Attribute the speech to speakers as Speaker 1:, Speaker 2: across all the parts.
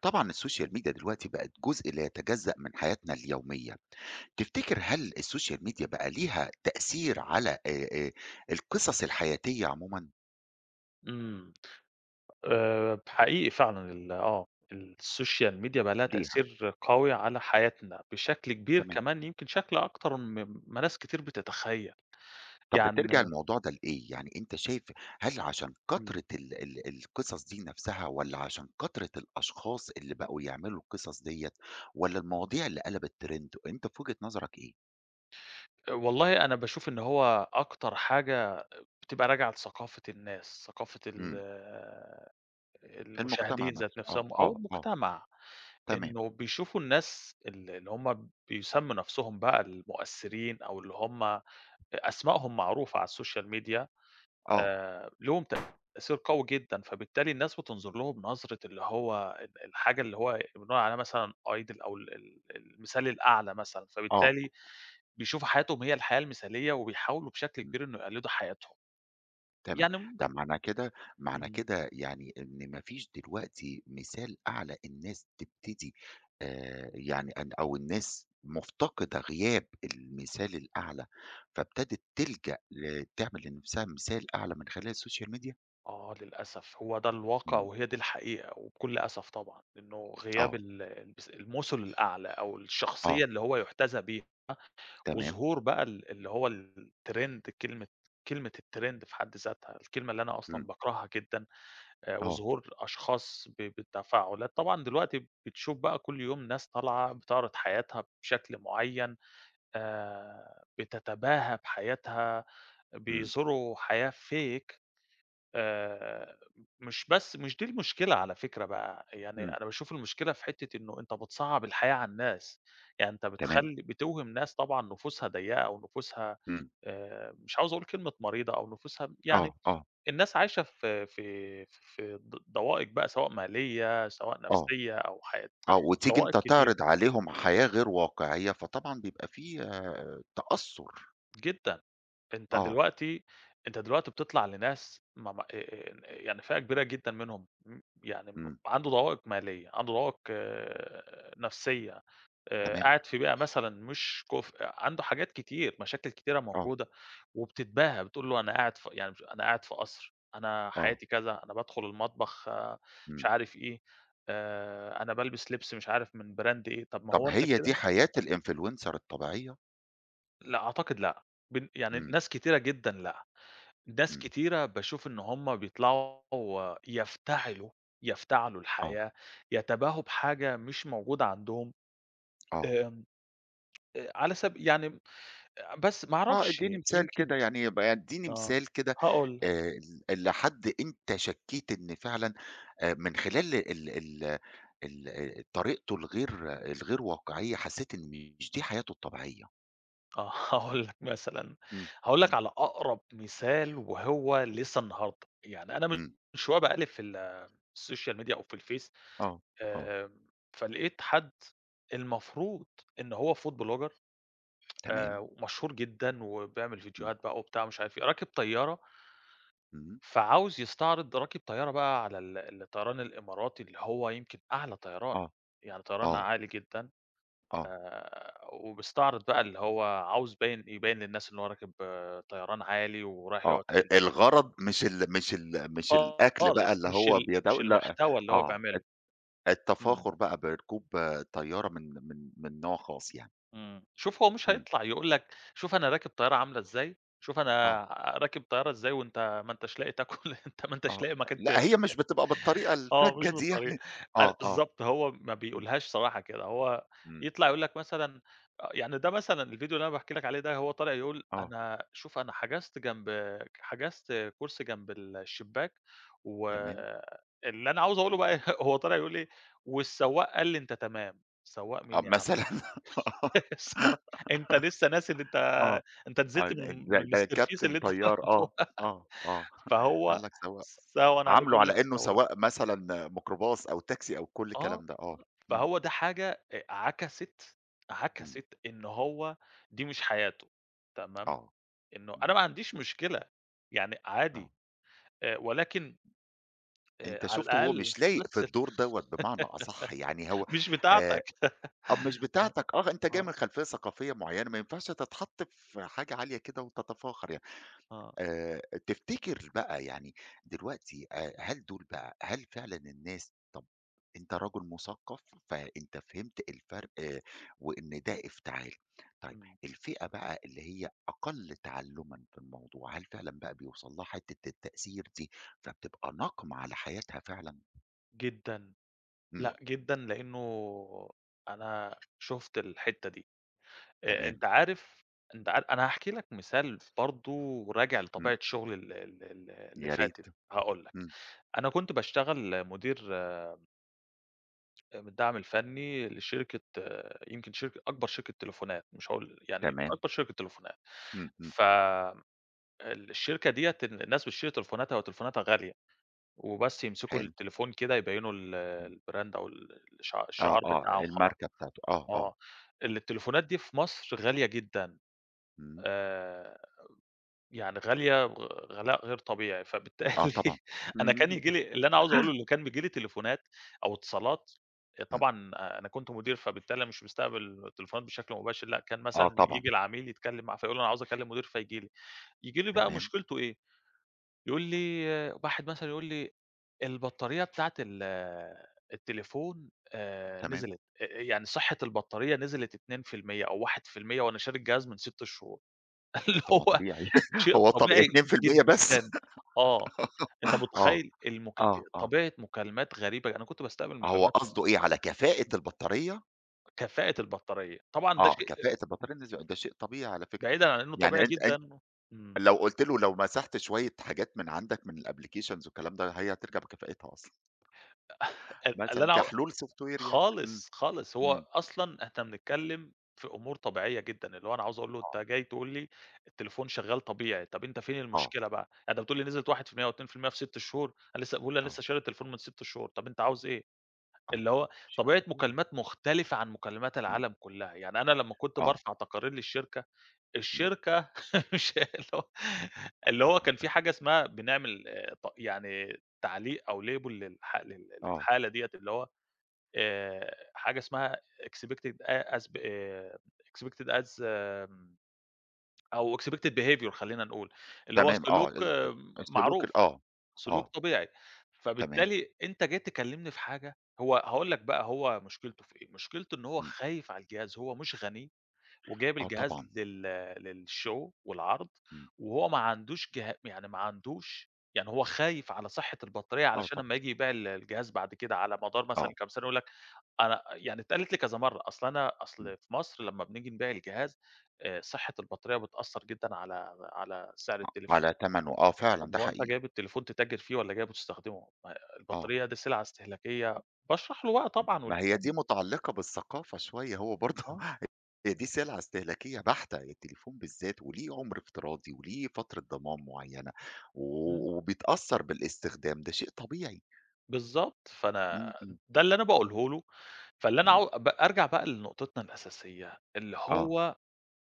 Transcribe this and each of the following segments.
Speaker 1: طبعًا السوشيال ميديا دلوقتي بقت جزء لا يتجزأ من حياتنا اليومية، تفتكر هل السوشيال ميديا بقى ليها تأثير على القصص الحياتية عمومًا؟
Speaker 2: إمم، حقيقي فعلًا ال آه، السوشيال ميديا بقى لها
Speaker 1: ليها،
Speaker 2: تأثير قوي على حياتنا بشكل كبير
Speaker 1: تمام.
Speaker 2: كمان يمكن شكل أكتر ما ناس كتير بتتخيل.
Speaker 1: طب بترجع
Speaker 2: يعني
Speaker 1: الموضوع ده لإيه؟ يعني أنت شايف هل عشان
Speaker 2: إمم،
Speaker 1: كترة ال القصص دي نفسها والّا عشان كترة الأشخاص اللي بقوا يعملوا القصص ديّة والّا المواضيع اللي قلبت ترند؟ أنت في وجهة نظرك إيه؟
Speaker 2: والله أنا باشوف إن هو أكتر حاجة بتبقى راجعة لثقافة الناس، ثقافة
Speaker 1: إمم، المجتمع
Speaker 2: المشاهدين ذات
Speaker 1: نفسه، آه،
Speaker 2: نفسهم أو
Speaker 1: آه، آه،
Speaker 2: المجتمع،
Speaker 1: تمام،
Speaker 2: إنه بيشوفوا الناس اللي هم بيسموا نفسهم بقى المؤثرين أو اللي هم أسمائهم معروفة على السوشيال ميديا،
Speaker 1: آه،
Speaker 2: لهم تأثير قوي جدًا، فبالتالي الناس بتنظر لهم نظرة اللي هو الحاجة اللي هو بنقول عليها مثلًا idol أو ال ال المثال الأعلى مثلًا،
Speaker 1: آه،
Speaker 2: فبالتالي بيشوفوا حياتهم هي الحياة المثالية، وبيحاولوا بشكل
Speaker 1: إمم.
Speaker 2: كبير إنه يقلدوا حياتهم.
Speaker 1: تمام،
Speaker 2: يعني
Speaker 1: ده معنى كده معنى
Speaker 2: إمم،
Speaker 1: كده يعني إن ما فيش دلوقتي مثال أعلى الناس تبتدي يعني أو الناس مفتقدة غياب المثال الأعلى، فابتدت تلجأ تعمل لنفسها مثال أعلى من خلال السوشيال ميديا؟
Speaker 2: آه للأسف هو ده الواقع
Speaker 1: إمم،
Speaker 2: وهي دي الحقيقة، وبكل أسف طبعًا، إنه غياب
Speaker 1: آه،
Speaker 2: ال المُثُل الأعلى أو الشخصية
Speaker 1: آه،
Speaker 2: اللي هو يُحتذى بيها.
Speaker 1: تمام،
Speaker 2: وظهور بقى ال اللي هو الtrend، كلمة الtrend في حد ذاتها، الكلمة اللي أنا أصلًا
Speaker 1: إمم،
Speaker 2: باكرهها جدًا،
Speaker 1: آه،
Speaker 2: وظهور أشخاص بالتفاعلات، طبعًا دلوقتي بتشوف بقى كل يوم ناس طالعة بتعرض حياتها بشكل معيّن، بتتباهى بحياتها،
Speaker 1: إمم،
Speaker 2: بيظهروا حياة fake، آآ مش دي المشكلة على فكرة بقى، يعني
Speaker 1: إمم،
Speaker 2: أنا باشوف المشكلة في حتّة إنه أنت بتصعّب الحياة على الناس، يعني أنت
Speaker 1: تمام،
Speaker 2: بتخلّي بتوهِم ناس طبعًا نفوسها ضيّقة أو نفوسها،
Speaker 1: إمم،
Speaker 2: مش عاوز أقول كلمة مريضة أو نفوسها
Speaker 1: آه،
Speaker 2: يعني
Speaker 1: آه،
Speaker 2: الناس عايشة في ضوائق بقى سواء مالية، سواء
Speaker 1: آه،
Speaker 2: نفسية أو حياة
Speaker 1: آه، وتيجي
Speaker 2: ضوائق
Speaker 1: أنت
Speaker 2: كتير
Speaker 1: تعرض عليهم حياة غير واقعية، فطبعًا بيبقى في تأثُّر،
Speaker 2: جدًا. أنت
Speaker 1: آه،
Speaker 2: دلوقتي أنت دلوقتي بتطلع لناس ما ما يعني فئة كبيرة جدًا منهم، يعني
Speaker 1: إمم،
Speaker 2: عنده ضوابط مالية، عنده ضوابط آه، نفسية،
Speaker 1: تمام.
Speaker 2: قاعد في بيئة مثلًا مش كُفء، عنده حاجات كتير، مشاكل كتيرة
Speaker 1: آه،
Speaker 2: موجودة، وبتتباهى بتقول له أنا قاعد في قصر، أنا
Speaker 1: آه،
Speaker 2: حياتي كذا، أنا بادخل المطبخ آه، مش
Speaker 1: إمم.
Speaker 2: عارف إيه، أنا بالبس لبس مش عارف من brand إيه، طب ما
Speaker 1: طَب
Speaker 2: هو أنت
Speaker 1: هي دي
Speaker 2: كده.
Speaker 1: حياة الinfluencer الطبيعية؟
Speaker 2: لأ أعتقد لأ، بن يعني
Speaker 1: إمم،
Speaker 2: ناس كتيرة جدًا لأ. ناس
Speaker 1: إمم،
Speaker 2: كتيرة باشوف إن هُم بيطلعوا يفتعلوا، يفتعلوا
Speaker 1: آه،
Speaker 2: الحياة، يتباهوا بحاجة مش موجودة عندهم.
Speaker 1: آه،
Speaker 2: آمم، على سب يعني بس ما
Speaker 1: آه،
Speaker 2: أعرفش
Speaker 1: ادّيني مثال
Speaker 2: يمكن
Speaker 1: كده يعني يبقى ادّيني
Speaker 2: آه،
Speaker 1: مثال كده
Speaker 2: هاقول لك
Speaker 1: آآ ل لحد أنت شكّيت إن فعلًا من خلال ال ال ال طريقته الغير واقعية حسّيت إن مش دي حياته الطبيعية.
Speaker 2: آه. هاقول لك مثلًا،
Speaker 1: إمم،
Speaker 2: هاقول لك
Speaker 1: إمم،
Speaker 2: على أقرب مثال وهو لسه النهارده، يعني أنا من
Speaker 1: إمم،
Speaker 2: شوية باقلِّب في السوشيال ميديا أو في الفيس،
Speaker 1: آه، آه،
Speaker 2: آمم، فلقيت حد المفروض إن هو food blogger،
Speaker 1: تمام،
Speaker 2: ومشهور جدًا وبيعمل
Speaker 1: إمم،
Speaker 2: فيديوهات بقى وبتاع مش عارف إيه، راكب طيارة،
Speaker 1: إمم،
Speaker 2: فعاوز يستعرض راكب طيارة بقى على الطيران الإماراتي اللي هو يمكن أعلى طيران،
Speaker 1: آه،
Speaker 2: يعني طيران
Speaker 1: آه،
Speaker 2: عالي جدًا،
Speaker 1: آه.
Speaker 2: وبيستعرض بقى اللي هو عاوز يبيّن للناس إن هو راكب آه، طيران عالي ورايح
Speaker 1: آه،
Speaker 2: يقعد في ال،
Speaker 1: الغرض مش الأكل بقى
Speaker 2: خالص
Speaker 1: اللي هو بيدو
Speaker 2: مش
Speaker 1: لأ،
Speaker 2: المحتوى اللي هو
Speaker 1: آه،
Speaker 2: بيعمله.
Speaker 1: الت
Speaker 2: إمم.
Speaker 1: التفاخر بقى بركوب طيارة من نوع خاص يعني،
Speaker 2: إمم. شوف هو مش
Speaker 1: إمم،
Speaker 2: هيطلع يقول لك شوف أنا راكب طيارة عاملة إزاي، شوف أنا
Speaker 1: آه،
Speaker 2: راكب طيارة إزاي وأنت ما أنتش لاقي تاكل، أنت ما أنتش
Speaker 1: آه،
Speaker 2: لاقي مكان ت.
Speaker 1: لأ هي مش بتبقى بالطريقة
Speaker 2: آه،
Speaker 1: الفجة
Speaker 2: مش
Speaker 1: دي يعني
Speaker 2: بالطريقة أنا
Speaker 1: آه، آه،
Speaker 2: بالضبط، هو ما
Speaker 1: إمم،
Speaker 2: بيقولهاش صراحة كده، هو
Speaker 1: إمم،
Speaker 2: يطلع يقول لك مثلًا، يعني ده مثلًا الفيديو اللي أنا باحكي لك عليه ده، هو طالع يقول:
Speaker 1: آه،
Speaker 2: "أنا شوف أنا حجزت كرسي جنب الشباك"
Speaker 1: تمام،
Speaker 2: واللي أنا عاوز أقوله بقى، هو طالع يقول إيه: "والسواق قال لي أنت تمام." سواق
Speaker 1: آه،
Speaker 2: مين يا عم؟
Speaker 1: مثلًا
Speaker 2: السواق أنت لسه ناسي إن أنت،
Speaker 1: آه،
Speaker 2: أنت
Speaker 1: آه،
Speaker 2: نزلت من
Speaker 1: ده ده
Speaker 2: المسترفيس
Speaker 1: كابتن
Speaker 2: اللي أنت رايح
Speaker 1: طيار آه،
Speaker 2: فوقها،
Speaker 1: آه، آه، قال
Speaker 2: فهو
Speaker 1: لك سواق
Speaker 2: سهون عليه
Speaker 1: عامله
Speaker 2: بيقول لك
Speaker 1: على إنه
Speaker 2: السواق.
Speaker 1: سواق مثلًا ميكروباص أو تاكسي أو كل
Speaker 2: آه،
Speaker 1: الكلام ده، آه،
Speaker 2: آه،
Speaker 1: إمم،
Speaker 2: فهو ده حاجة عكَسِت
Speaker 1: إمم،
Speaker 2: عكَسِت إن هو دي مش حياته، تمام،
Speaker 1: آه،
Speaker 2: إنه
Speaker 1: إمم،
Speaker 2: أنا ما عنديش مشكلة، يعني
Speaker 1: آه.
Speaker 2: عادي، ولكن
Speaker 1: أنت
Speaker 2: على
Speaker 1: شُفت هو
Speaker 2: الأقل
Speaker 1: مش لايق في
Speaker 2: مثّل.
Speaker 1: الدور دوّة بمعنى أصح، يعني هو
Speaker 2: مش
Speaker 1: آه،
Speaker 2: بتاعتك.
Speaker 1: مش
Speaker 2: آه،
Speaker 1: بتاعتك آه، أنت جاي
Speaker 2: آه،
Speaker 1: من خلفية ثقافية معيّنة ما ينفعش تتحط في حاجة عالية كده وتتفاخر يعني.
Speaker 2: آه،
Speaker 1: آآ تفتكر بقى يعني دلوقتي هل دول بقى هل فعلًا الناس طَب أنت رجل مُثقّف فأنت فهمت الفرق آه وإن ده افتعال. طيب
Speaker 2: إمم،
Speaker 1: الفئة بقى اللي هي أقل تعلُّمًا في الموضوع، هل فعلًا بقى بيوصل لها حتّة التأثير دي، فبتبقى ناقمة على حياتها فعلًا؟
Speaker 2: جدًا،
Speaker 1: إمم،
Speaker 2: لأ جدًا لإنه أنا شُفت الحتّة دي،
Speaker 1: تمام،
Speaker 2: أنت عارف، أنت عار أنا هاحكي لك مثال برضه راجع
Speaker 1: إمم،
Speaker 2: لطبيعة شغلي ال ال ال اللي
Speaker 1: يا ريت،
Speaker 2: فاتت، هاقول لك.
Speaker 1: إمم،
Speaker 2: أنا كنت باشتغل مدير من الدعم الفني لشركة آه، يمكن شركة أكبر شركة تليفونات، مش هاقول يعني
Speaker 1: تمام،
Speaker 2: أكبر شركة تليفونات.
Speaker 1: إمم، إمم،
Speaker 2: ف الشركة ديّة الناس بتشتري تليفوناتها وتليفوناتها غالية، وبس يمسكوا
Speaker 1: حلو،
Speaker 2: التليفون كده يبيّنوا
Speaker 1: إمم،
Speaker 2: الbrand أو ال الشع
Speaker 1: آه،
Speaker 2: الشعار
Speaker 1: آه،
Speaker 2: بتاعه وخلاص.
Speaker 1: الماركة بتاعته، آه، آه،
Speaker 2: آه. التليفونات دي في مصر غالية جدًا.
Speaker 1: إمم،
Speaker 2: آآ يعني غالية غلاء غير طبيعي،
Speaker 1: آه طبعًا،
Speaker 2: فبالتالي أنا
Speaker 1: إمم،
Speaker 2: كان ييجي لي اللي أنا عاوز أقوله اللي كان بييجي لي تليفونات أو اتصالات، آه،
Speaker 1: إمم،
Speaker 2: طبعًا آه، أنا كنت مدير، فبالتالي أنا مش مستقبل تليفونات بشكل مباشر، لأ كان
Speaker 1: آه
Speaker 2: مثلًا
Speaker 1: طبعًا،
Speaker 2: ييجي العميل يتكلم مع فيقول له: "أنا عاوز أكلم مدير." فييجي لي، ييجي لي بقى
Speaker 1: تمام،
Speaker 2: مشكلته إيه، يقول لي آه، واحد مثلًا يقول لي: "البطارية بتاعة ال آه، التليفون
Speaker 1: تمام،
Speaker 2: نزلت، أ يعني صحة البطارية نزلت 2% أو 1% وأنا شاري الجهاز من 6 شهور." اللي
Speaker 1: طب ما
Speaker 2: هو
Speaker 1: طبيعي
Speaker 2: شيء
Speaker 1: هو طب
Speaker 2: طبيعي
Speaker 1: 2% بس
Speaker 2: جدًا، آه، أنت
Speaker 1: آه،
Speaker 2: متخيّل المك.
Speaker 1: آه، آه،
Speaker 2: طبيعة مكالمات غريبة، أنا كنت باستقبل
Speaker 1: هو
Speaker 2: مكالمات من
Speaker 1: قصده إيه على كفاءة البطارية؟
Speaker 2: كفاءة البطارية، طبعًا ده
Speaker 1: آه،
Speaker 2: شيء
Speaker 1: كفاءة البطارية النسبية ده شيء طبيعي على فكرة،
Speaker 2: بعيدًا عن إنه
Speaker 1: يعني
Speaker 2: طبيعي
Speaker 1: أنت
Speaker 2: جدًا. إمم،
Speaker 1: لو قُلت له لو مسحت شوية حاجات من عندك من الapplications والكلام ده هي هترجع بكفاءتها أصلًا،
Speaker 2: أ اللي
Speaker 1: مثلًا
Speaker 2: أنا عاو
Speaker 1: كحلول software يعني، إمم،
Speaker 2: خالص، خالص، هو
Speaker 1: إمم.
Speaker 2: أصلًا إحنا بنتكلّم في أمور طبيعية جدًا، اللي هو أنا عاوز أقول له أنت
Speaker 1: آه،
Speaker 2: جاي تقول لي التليفون شغّال طبيعي، طَب أنت فين
Speaker 1: آه،
Speaker 2: المشكلة بقى؟ يعني أنت بتقول لي نزلت 1% و2% في 6 شهور، أنا لسه باقول أنا
Speaker 1: آه،
Speaker 2: لسه شاري التليفون من 6 شهور، طَب أنت عاوز إيه؟
Speaker 1: آه،
Speaker 2: اللي
Speaker 1: طبعًا
Speaker 2: هو
Speaker 1: شيء
Speaker 2: طبيعة
Speaker 1: طبيعي،
Speaker 2: مكالمات مختلفة عن مكالمات
Speaker 1: إمم،
Speaker 2: العالم كلّها، يعني أنا لمّا كنت
Speaker 1: آه،
Speaker 2: بارفع تقارير للشركة،
Speaker 1: إمم،
Speaker 2: الشركة مش اللي هو اللي هو
Speaker 1: آه،
Speaker 2: كان
Speaker 1: ت
Speaker 2: في حاجة اسمها بنعمل ط يعني تعليق أو label
Speaker 1: آه،
Speaker 2: للحالة ديّة اللي هو، حاجة اسمها expected a as ب expected as آمم أو expected behavior خلّينا نقول، اللي هو
Speaker 1: تمام، آه،
Speaker 2: سلوك
Speaker 1: ال ال
Speaker 2: آه،
Speaker 1: السلوك
Speaker 2: معروف.
Speaker 1: ال آه،
Speaker 2: سلوك
Speaker 1: آه،
Speaker 2: طبيعي،
Speaker 1: تمام،
Speaker 2: فبالتالي أنت جاي تكلّمني في حاجة، هو هاقول لك بقى هو مشكلته في إيه، مشكلته إن هو
Speaker 1: إمم،
Speaker 2: خايف على الجهاز، هو مش غني وجايب
Speaker 1: آه
Speaker 2: الجهاز
Speaker 1: طبعًا،
Speaker 2: للshow والعرض،
Speaker 1: إمم،
Speaker 2: وهو ما عندوش جه يعني ما عندوش يعني هو خايف على صحة البطارية
Speaker 1: آه
Speaker 2: علشان
Speaker 1: طبعًا،
Speaker 2: أمّا ييجي يبيع الجهاز بعد كده على مدار
Speaker 1: آه،
Speaker 2: مثلًا كام سنة يقول لك أنا يعني اتقالت لي كذا مرّة، أصل أنا أصل
Speaker 1: إمم،
Speaker 2: في مصر لمّا بنيجي نبيع الجهاز، صحة البطارية بتأثّر جدًا على على سعر التليفون.
Speaker 1: على تمنه، آه فعلًا
Speaker 2: طب
Speaker 1: ده
Speaker 2: هو أنت
Speaker 1: حقيقي،
Speaker 2: جايب التليفون تتاجر فيه والّا جايبه تستخدمه؟ ما
Speaker 1: آه،
Speaker 2: البطارية دي سلعة استهلاكية، باشرح له بقى طبعًا
Speaker 1: ما هي
Speaker 2: والكلام
Speaker 1: دي
Speaker 2: ده.
Speaker 1: متعلقة بالثقافة شوية، هو برضه
Speaker 2: آه،
Speaker 1: هي دي سلعة استهلاكية بحتة، التليفون بالذات وليه عمر افتراضي وليه فترة ضمان معينة،
Speaker 2: إمم،
Speaker 1: و وبيتأثّر بالاستخدام، ده شيء طبيعي،
Speaker 2: بالضبط، فأنا
Speaker 1: إمم، إمم،
Speaker 2: ده اللي أنا باقوله له، فاللي أنا
Speaker 1: إمم،
Speaker 2: عاو ب أرجع بقى لنقطتنا الأساسية، اللي
Speaker 1: آه،
Speaker 2: هو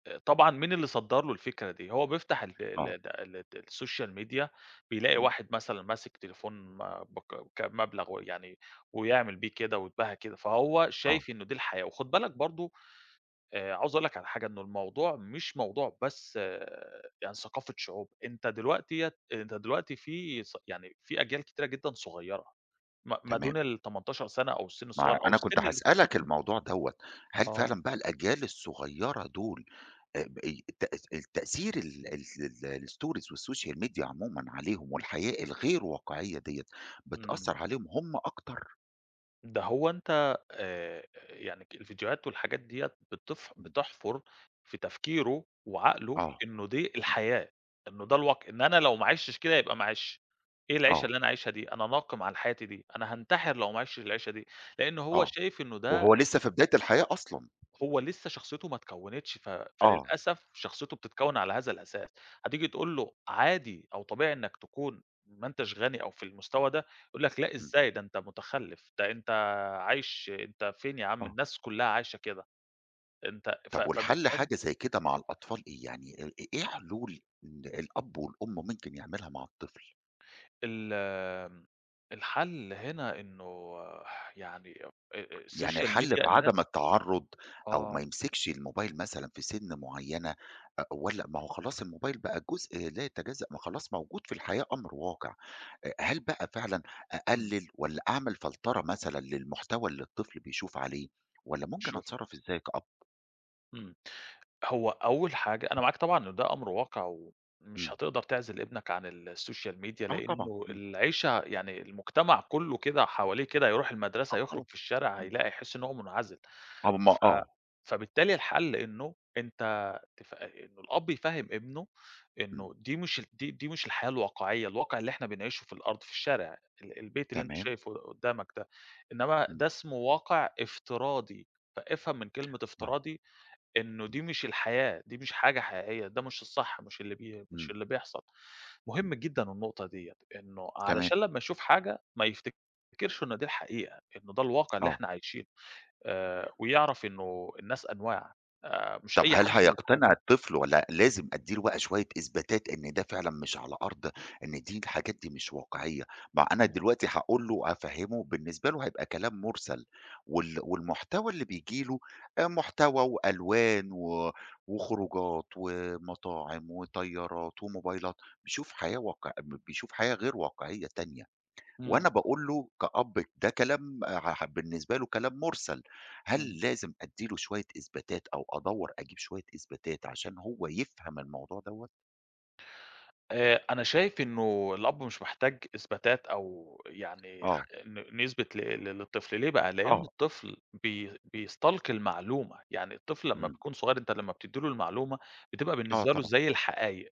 Speaker 2: طبعًا مين اللي صدّر له الفكرة دي؟ هو بيفتح
Speaker 1: آه،
Speaker 2: السوشيال ميديا، بيلاقي
Speaker 1: إمم،
Speaker 2: واحد مثلًا ماسك تليفون ما بك كمبلغ ويعني ويعمل بيه كده ويتباهى كده، فهو
Speaker 1: آه.
Speaker 2: شايف إنه دي الحياة، وخُد بالك برضه، عاوز أقول لك على حاجة، إنه الموضوع مش موضوع بس آه، يعني ثقافة شعوب، أنت دلوقتي في ص يعني في أجيال كتيرة جدًا صغيّرة، ما ما دون
Speaker 1: تمام،
Speaker 2: ال18 سنة أو السن
Speaker 1: ما
Speaker 2: الصغيّر أو
Speaker 1: أنا كنت
Speaker 2: السن اللي
Speaker 1: هاسألك
Speaker 2: شخصيتهم
Speaker 1: الموضوع دوّة، هل
Speaker 2: آه،
Speaker 1: فعلًا بقى الأجيال الصغيّرة دول ب ي الت التأثير ال ال الstories والسوشيال ميديا عمومًا عليهم والحياة الغير واقعية ديّة
Speaker 2: إمم.
Speaker 1: بتأثّر عليهم هم أكتر؟
Speaker 2: ده هو أنت يعني الفيديوهات والحاجات ديّة
Speaker 1: إمم،
Speaker 2: بتحفر في تفكيره وعقله
Speaker 1: آه،
Speaker 2: إنه دي الحياة، إنه ده الواقع، إن أنا لو ما عِشتش كده يبقى ما عِشش، إيه العيشة
Speaker 1: آه،
Speaker 2: اللي أنا عايشها دي؟ أنا ناقم على حياتي دي، أنا هانتحر لو ما عِشتش العيشة دي، لإن هو
Speaker 1: آه،
Speaker 2: شايف إنه
Speaker 1: وهو
Speaker 2: ده،
Speaker 1: لسه في بداية الحياة أصلًا،
Speaker 2: هو لسه شخصيته ما اتكوّنتش،
Speaker 1: آه،
Speaker 2: فللأسف شخصيته بتتكوّن على هذا الأساس، هتيجي تقول له عادي أو طبيعي إنّك تكون ما أنتش غني أو في المستوى ده، يقول لك لأ
Speaker 1: إمم،
Speaker 2: إزاي ده أنت مُتخلِّف، ده أنت عايش أنت فين يا عم
Speaker 1: آه،
Speaker 2: الناس كلّها عايشة كده، أنت ف
Speaker 1: طب والحل
Speaker 2: فبالتالي
Speaker 1: حاجة زي كده مع الأطفال إيه؟ يعني إيه حلول الأب والأم ممكن يعملها مع الطفل؟
Speaker 2: ال آمم، الحل هنا إنه يعني أ أ
Speaker 1: يعني
Speaker 2: السوشيال
Speaker 1: الحل
Speaker 2: ميديا
Speaker 1: في
Speaker 2: الناس
Speaker 1: عدم التعرُّض أو ما
Speaker 2: آه،
Speaker 1: يمسكش الموبايل مثلًا في سِن معيّنة والّا ما هو خلاص الموبايل بقى جزء لا يتجزأ ما خلاص موجود في الحياة أمر واقع، هل بقى فعلًا
Speaker 2: إمم،
Speaker 1: أقلِّل والّا أعمل فلترة مثلًا للمحتوى اللي الطفل بيشوف عليه والّا ممكن
Speaker 2: شوف.
Speaker 1: أتصرّف إزاي كأب؟
Speaker 2: إمم. هو أول حاجة أنا معاك طبعًا إنه ده أمر واقع، ومش
Speaker 1: إمم.
Speaker 2: هتقدر تعزل ابنك عن السوشيال ميديا،
Speaker 1: آه طبعًا،
Speaker 2: لإنه
Speaker 1: إمم.
Speaker 2: العيشة يعني المجتمع كله كده حواليه كده، هيروح
Speaker 1: آه
Speaker 2: المدرسة، هيخرج
Speaker 1: خلاص.
Speaker 2: في الشارع،
Speaker 1: إمم.
Speaker 2: هيلاقي هيحس إن هو منعزل.
Speaker 1: هم
Speaker 2: ف
Speaker 1: آه.
Speaker 2: فبالتالي الحل إنه أنت تف إنه الأب يفهم ابنه
Speaker 1: إمم.
Speaker 2: إنه دي مش الحياة الواقعية، الواقع اللي إحنا بنعيشه في الأرض، في الشارع، البيت اللي أنت
Speaker 1: تمام.
Speaker 2: شايفه قدامك ده، إنما
Speaker 1: إمم.
Speaker 2: ده اسمه واقع افتراضي، فافهم من كلمة
Speaker 1: آه.
Speaker 2: افتراضي إنه
Speaker 1: إمم.
Speaker 2: دي مش الحياة، دي مش حاجة حقيقية، ده مش الصح، مش
Speaker 1: إمم.
Speaker 2: اللي بيحصل.
Speaker 1: إمم.
Speaker 2: مهم جدًا النقطة ديّة، إنه
Speaker 1: تمام.
Speaker 2: علشان لمّا يشوف حاجة ما يفتكرش إن دي الحقيقة، إنه ده الواقع اللي
Speaker 1: آه.
Speaker 2: إحنا عايشينه، ويعرف إنه الناس أنواع، مش
Speaker 1: طب
Speaker 2: أي
Speaker 1: هل
Speaker 2: حد يقول
Speaker 1: هيقتنع
Speaker 2: حاجة.
Speaker 1: الطفل والّا لازم أدّي له بقى شوية إثباتات إن ده فعلًا مش على أرض إن دي الحاجات دي مش واقعية، ما أنا
Speaker 2: إمم.
Speaker 1: دلوقتي هاقول له هافهّمه بالنسبة له هيبقى كلام مُرسَل، والمحتوى اللي بييجي له محتوى وألوان وخروجات ومطاعم وطيارات وموبايلات، بيشوف حياة غير واقعية تانية.
Speaker 2: إمم،
Speaker 1: وأنا باقول له كأب ده كلام آه، بالنسبة له كلام مُرسَل،
Speaker 2: إمم.
Speaker 1: هل لازم أدّي له شوية إثباتات أو أدوّر أجيب شوية إثباتات عشان هو يفهم الموضوع دوّة؟
Speaker 2: أنا شايف إنه الأب مش محتاج إثباتات أو يعني ح
Speaker 1: آه،
Speaker 2: إنه إنه يثبت ل ل للطفل، ليه بقى؟ لأن
Speaker 1: آه،
Speaker 2: الطفل بيستلقي المعلومة، يعني الطفل لمّا
Speaker 1: إمم،
Speaker 2: بيكون صغير أنت لمّا بتدّي له المعلومة بتبقى
Speaker 1: آه
Speaker 2: بالنسبة له
Speaker 1: طبعًا،
Speaker 2: زي الحقايق،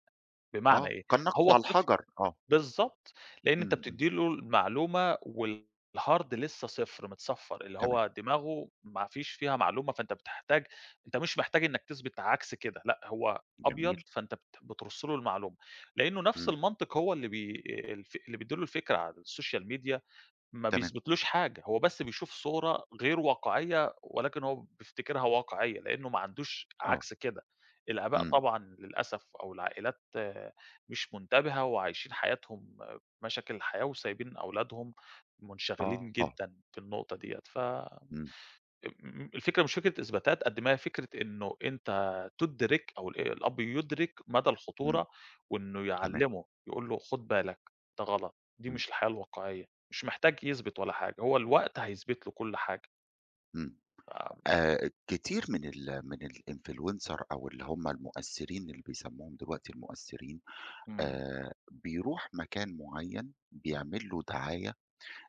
Speaker 2: بمعنى
Speaker 1: آه،
Speaker 2: إيه؟
Speaker 1: كالنقش
Speaker 2: هو
Speaker 1: على
Speaker 2: الطفل
Speaker 1: الحجر، آه،
Speaker 2: بالضبط، لإن أنت
Speaker 1: إمم، إمم،
Speaker 2: بتدّي له المعلومة والhard لسه صفر متصفّر، اللي
Speaker 1: تمام،
Speaker 2: هو دماغه ما فيش فيها معلومة، فأنت بتحتاج أنت مش محتاج إنّك تثبت عكس كده، لأ هو
Speaker 1: جميل،
Speaker 2: أبيض فأنت بت بترُص له المعلومة، لإنه نفس
Speaker 1: إمم،
Speaker 2: المنطق هو اللي بيدّي له الفكرة على السوشيال ميديا ما
Speaker 1: تمام،
Speaker 2: بيثبتلوش حاجة، هو بس بيشوف صورة غير واقعية، ولكن هو بيفتكرها واقعية، لأنه ما عندوش
Speaker 1: آه،
Speaker 2: عكس كده، الآباء
Speaker 1: إمم،
Speaker 2: طبعًا للأسف أو العائلات آه، مش منتبهة وعايشين حياتهم آه، مشاكل الحياة وسايبين أولادهم منشغلين
Speaker 1: آه،
Speaker 2: جدًا في النقطة ديّة، ف
Speaker 1: إمم،
Speaker 2: م الفكرة مش فكرة إثباتات قد ما هي فكرة إنه أنت تُدرِك أو الأب يُدرِك مدى
Speaker 1: إمم،
Speaker 2: الخطورة، وإنه
Speaker 1: تمام،
Speaker 2: يعلّمه، يقول له خُد بالك، ده غلط، دي
Speaker 1: إمم،
Speaker 2: مش الحياة الواقعية، مش محتاج يثبت ولا حاجة، هو الوقت هيثبت له كل حاجة.
Speaker 1: إمم،
Speaker 2: ف.
Speaker 1: كتير من الinfluencer أو اللي هُم المؤثّرين اللي بيسمّوهم دلوقتي المؤثّرين
Speaker 2: إمم،
Speaker 1: بيروح مكان معيّن بيعمل له دعاية،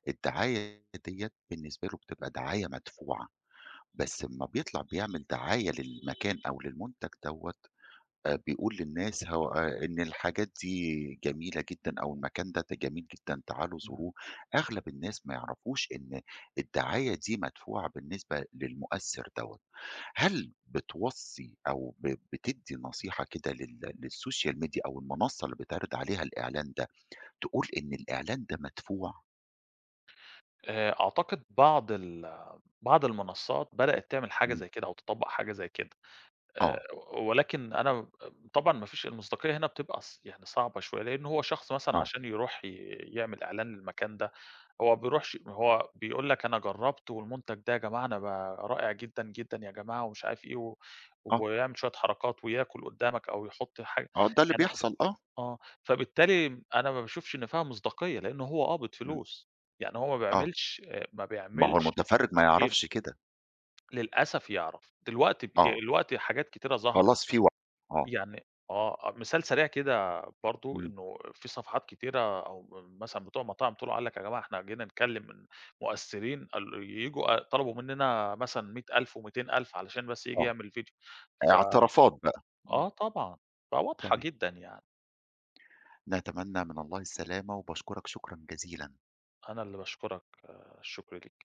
Speaker 1: الدعاية ديّة بالنسبة له بتبقى دعاية مدفوعة، بس أمّا بيطلع بيعمل دعاية للمكان أو للمنتج دوّة بيقول للناس هو إن الحاجات دي جميلة جدًا أو المكان ده جميل جدًا تعالوا
Speaker 2: إمم.
Speaker 1: زوروه، أغلب الناس ما يعرفوش إن الدعاية دي مدفوعة بالنسبة للمؤثر دوّة. هل بتوصّي أو بتدّي نصيحة كده للسوشيال ميديا أو المنصة اللي بيتعرض عليها الإعلان ده، تقول إن الإعلان ده مدفوع
Speaker 2: أعتقد بعض المنصات بدأت تعمل حاجة
Speaker 1: إمم.
Speaker 2: زي كده أو تطبّق حاجة زي كده. آآ،
Speaker 1: آه،
Speaker 2: ولكن أنا طبعًا ما فيش المصداقية هنا بتبقى ص يعني صعبة شوية، لأن هو شخص مثلًا
Speaker 1: آه،
Speaker 2: عشان يروح ي يعمل إعلان للمكان ده، هو بيروحش هو بيقول لك أنا جرّبت والمنتج ده يا جماعة أنا بقى رائع جدًا، جدًا يا جماعة ومش عارف إيه
Speaker 1: آه،
Speaker 2: ويعمل شوية حركات وياكل قدّامك أو يحط حاجة
Speaker 1: آه، ده اللي
Speaker 2: يعني
Speaker 1: بيحصل آه،
Speaker 2: آه، فبالتالي أنا ما باشوفش إن فيها مصداقية، لأن هو قابض
Speaker 1: إمم،
Speaker 2: فلوس، يعني هو ما
Speaker 1: آه.
Speaker 2: بيعملش،
Speaker 1: ما هو المتفرّج ما
Speaker 2: تقييم،
Speaker 1: يعرفش كده،
Speaker 2: للأسف يعرف.
Speaker 1: آه،
Speaker 2: دلوقتي حاجات كتيرة ظهرت.
Speaker 1: خلاص في وعي، آه،
Speaker 2: يعني آه، آه، مثال سريع كده برضه
Speaker 1: إمم،
Speaker 2: إنه في صفحات كتيرة أو مثلًا بتوع مطاعم طلعوا قال لك يا جماعة إحنا جينا نكلم من مؤثرين ال ييجوا أ طلبوا مننا مثلًا 100.000 و200.000 علشان بس ييجي
Speaker 1: آه،
Speaker 2: يعمل فيديو. ف
Speaker 1: اعترافات بقى، إمم،
Speaker 2: آه طبعًا، فواضحة
Speaker 1: تمام.
Speaker 2: جدًا يعني.
Speaker 1: نتمنى من الله السلامة وباشكرك شكرًا جزيلًا.
Speaker 2: أنا اللي باشكرك، الشكر ليك.